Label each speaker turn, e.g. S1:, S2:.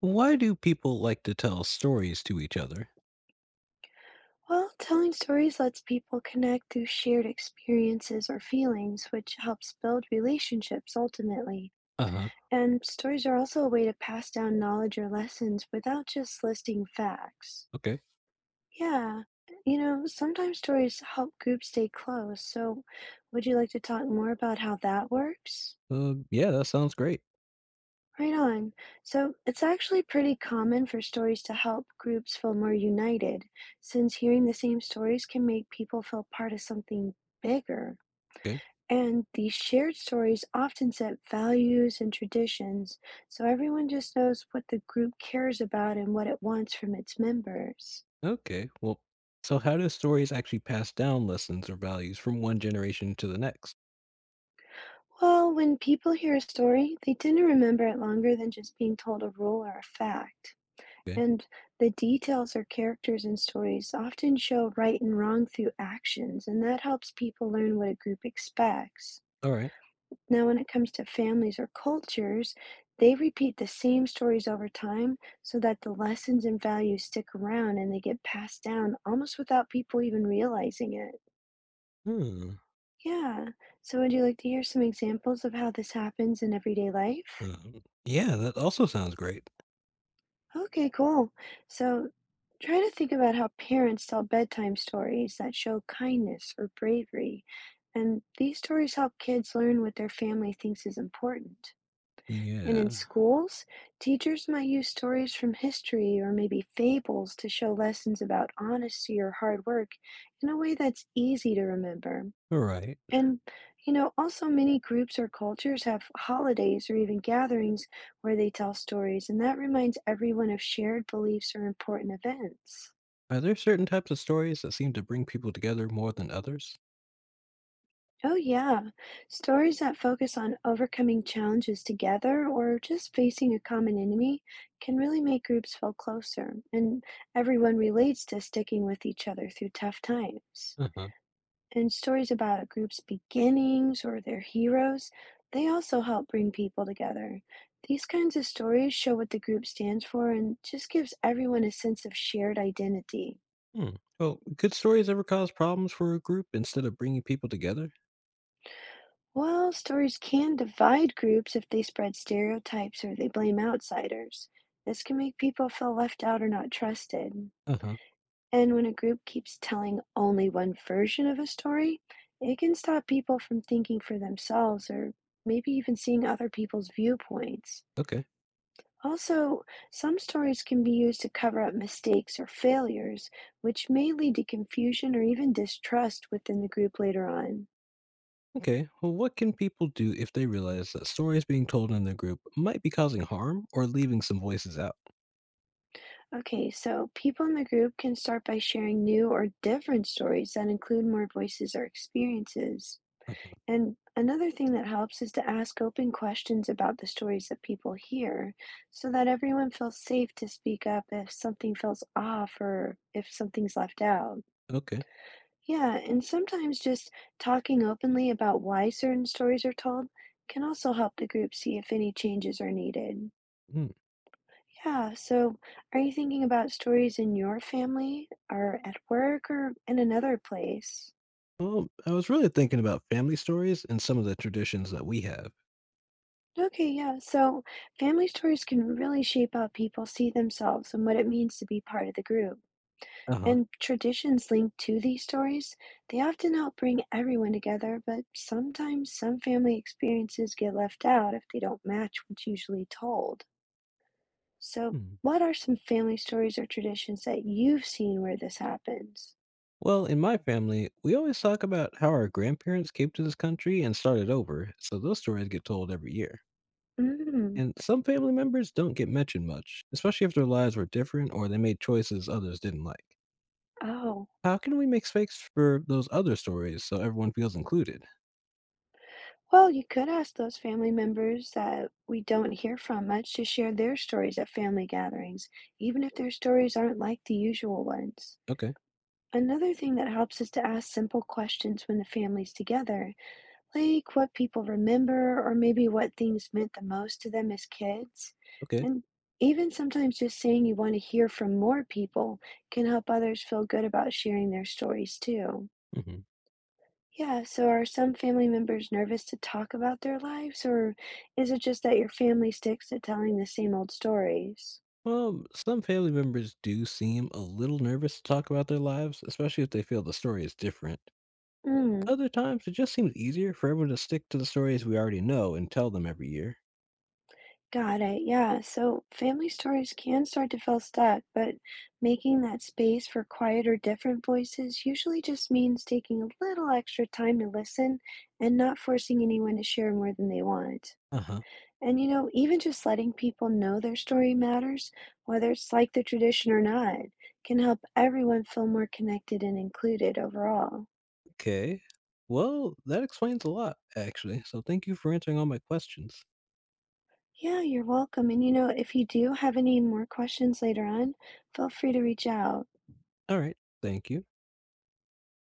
S1: Why do people like to tell stories to each other?
S2: Well, telling stories lets people connect through shared experiences or feelings, which helps build relationships ultimately.
S1: Uh huh.
S2: And stories are also a way to pass down knowledge or lessons without just listing facts.
S1: Okay.
S2: Yeah, sometimes stories help groups stay close. So, would you like to talk more about how that works?
S1: Yeah, that sounds great.
S2: Right on. So it's actually pretty common for stories to help groups feel more united, since hearing the same stories can make people feel part of something bigger.
S1: Okay.
S2: And these shared stories often set values and traditions, so everyone just knows what the group cares about and what it wants from its members.
S1: Okay. Well, so how do stories actually pass down lessons or values from one generation to the next?
S2: Well, when people hear a story, they tend to remember it longer than just being told a rule or a fact.
S1: Okay.
S2: And the details or characters in stories often show right and wrong through actions, and that helps people learn what a group expects.
S1: All right.
S2: Now, when it comes to families or cultures, they repeat the same stories over time so that the lessons and values stick around and they get passed down almost without people even realizing it.
S1: Hmm.
S2: Yeah. So, would you like to hear some examples of how this happens in everyday life?
S1: Yeah, that also sounds great.
S2: Okay, cool. So try to think about how parents tell bedtime stories that show kindness or bravery. And these stories help kids learn what their family thinks is important. And in
S1: Yeah.
S2: schools, teachers might use stories from history or maybe fables to show lessons about honesty or hard work in a way that's easy to remember.
S1: All right.
S2: And, also, many groups or cultures have holidays or even gatherings where they tell stories, and that reminds everyone of shared beliefs or important events.
S1: Are there certain types of stories that seem to bring people together more than others?
S2: Oh, yeah. Stories that focus on overcoming challenges together or just facing a common enemy can really make groups feel closer, and everyone relates to sticking with each other through tough times.
S1: Uh huh.
S2: And stories about a group's beginnings or their heroes, they also help bring people together. These kinds of stories show what the group stands for and just gives everyone a sense of shared identity.
S1: Hmm. Well, could stories ever cause problems for a group instead of bringing people together?
S2: While stories can divide groups if they spread stereotypes or they blame outsiders. This can make people feel left out or not trusted.
S1: Uh huh.
S2: And when a group keeps telling only one version of a story, it can stop people from thinking for themselves or maybe even seeing other people's viewpoints.
S1: Okay.
S2: Also, some stories can be used to cover up mistakes or failures, which may lead to confusion or even distrust within the group later on.
S1: Okay, well, what can people do if they realize that stories being told in their group might be causing harm or leaving some voices out?
S2: Okay, so people in the group can start by sharing new or different stories that include more voices or experiences.
S1: Uh-huh.
S2: And another thing that helps is to ask open questions about the stories that people hear so that everyone feels safe to speak up if something feels off or if something's left out.
S1: Okay.
S2: Yeah, and sometimes just talking openly about why certain stories are told can also help the group see if any changes are needed.
S1: Hmm.
S2: Yeah, so are you thinking about stories in your family or at work or in another place?
S1: Well, I was really thinking about family stories and some of the traditions that we have.
S2: Okay, yeah, so family stories can really shape how people see themselves and what it means to be part of the group.
S1: Uh huh.
S2: And traditions linked to these stories, they often help bring everyone together, but sometimes some family experiences get left out if they don't match what's usually told. So,
S1: Hmm.
S2: what are some family stories or traditions that you've seen where this happens?
S1: Well, in my family, we always talk about how our grandparents came to this country and started over, so those stories get told every year.
S2: Mm,
S1: And some family members don't get mentioned much, especially if their lives were different or they made choices others didn't like.
S2: oh.
S1: How can we make space for those other stories so everyone feels included?
S2: Well, you could ask those family members that we don't hear from much to share their stories at family gatherings, even if their stories aren't like the usual ones.
S1: Okay.
S2: Another thing that helps is to ask simple questions when the family's together, like what people remember or maybe what things meant the most to them as kids.
S1: Okay.
S2: And even sometimes just saying you want to hear from more people can help others feel good about sharing their stories too.
S1: Mhm.
S2: Yeah, so are some family members nervous to talk about their lives, or is it just that your family sticks to telling the same old stories?
S1: Well, some family members do seem a little nervous to talk about their lives, especially if they feel the story is different.
S2: Mm.
S1: Other times, it just seems easier for everyone to stick to the stories we already know and tell them every year.
S2: Got it. Yeah. So family stories can start to feel stuck, but making that space for quiet or different voices usually just means taking a little extra time to listen and not forcing anyone to share more than they want.
S1: Uh huh.
S2: Even just letting people know their story matters, whether it's like the tradition or not, can help everyone feel more connected and included overall.
S1: Okay. Well, that explains a lot, actually. So thank you for answering all my questions.
S2: Yeah, you're welcome. If you do have any more questions later on, feel free to reach out.
S1: All right. Thank you.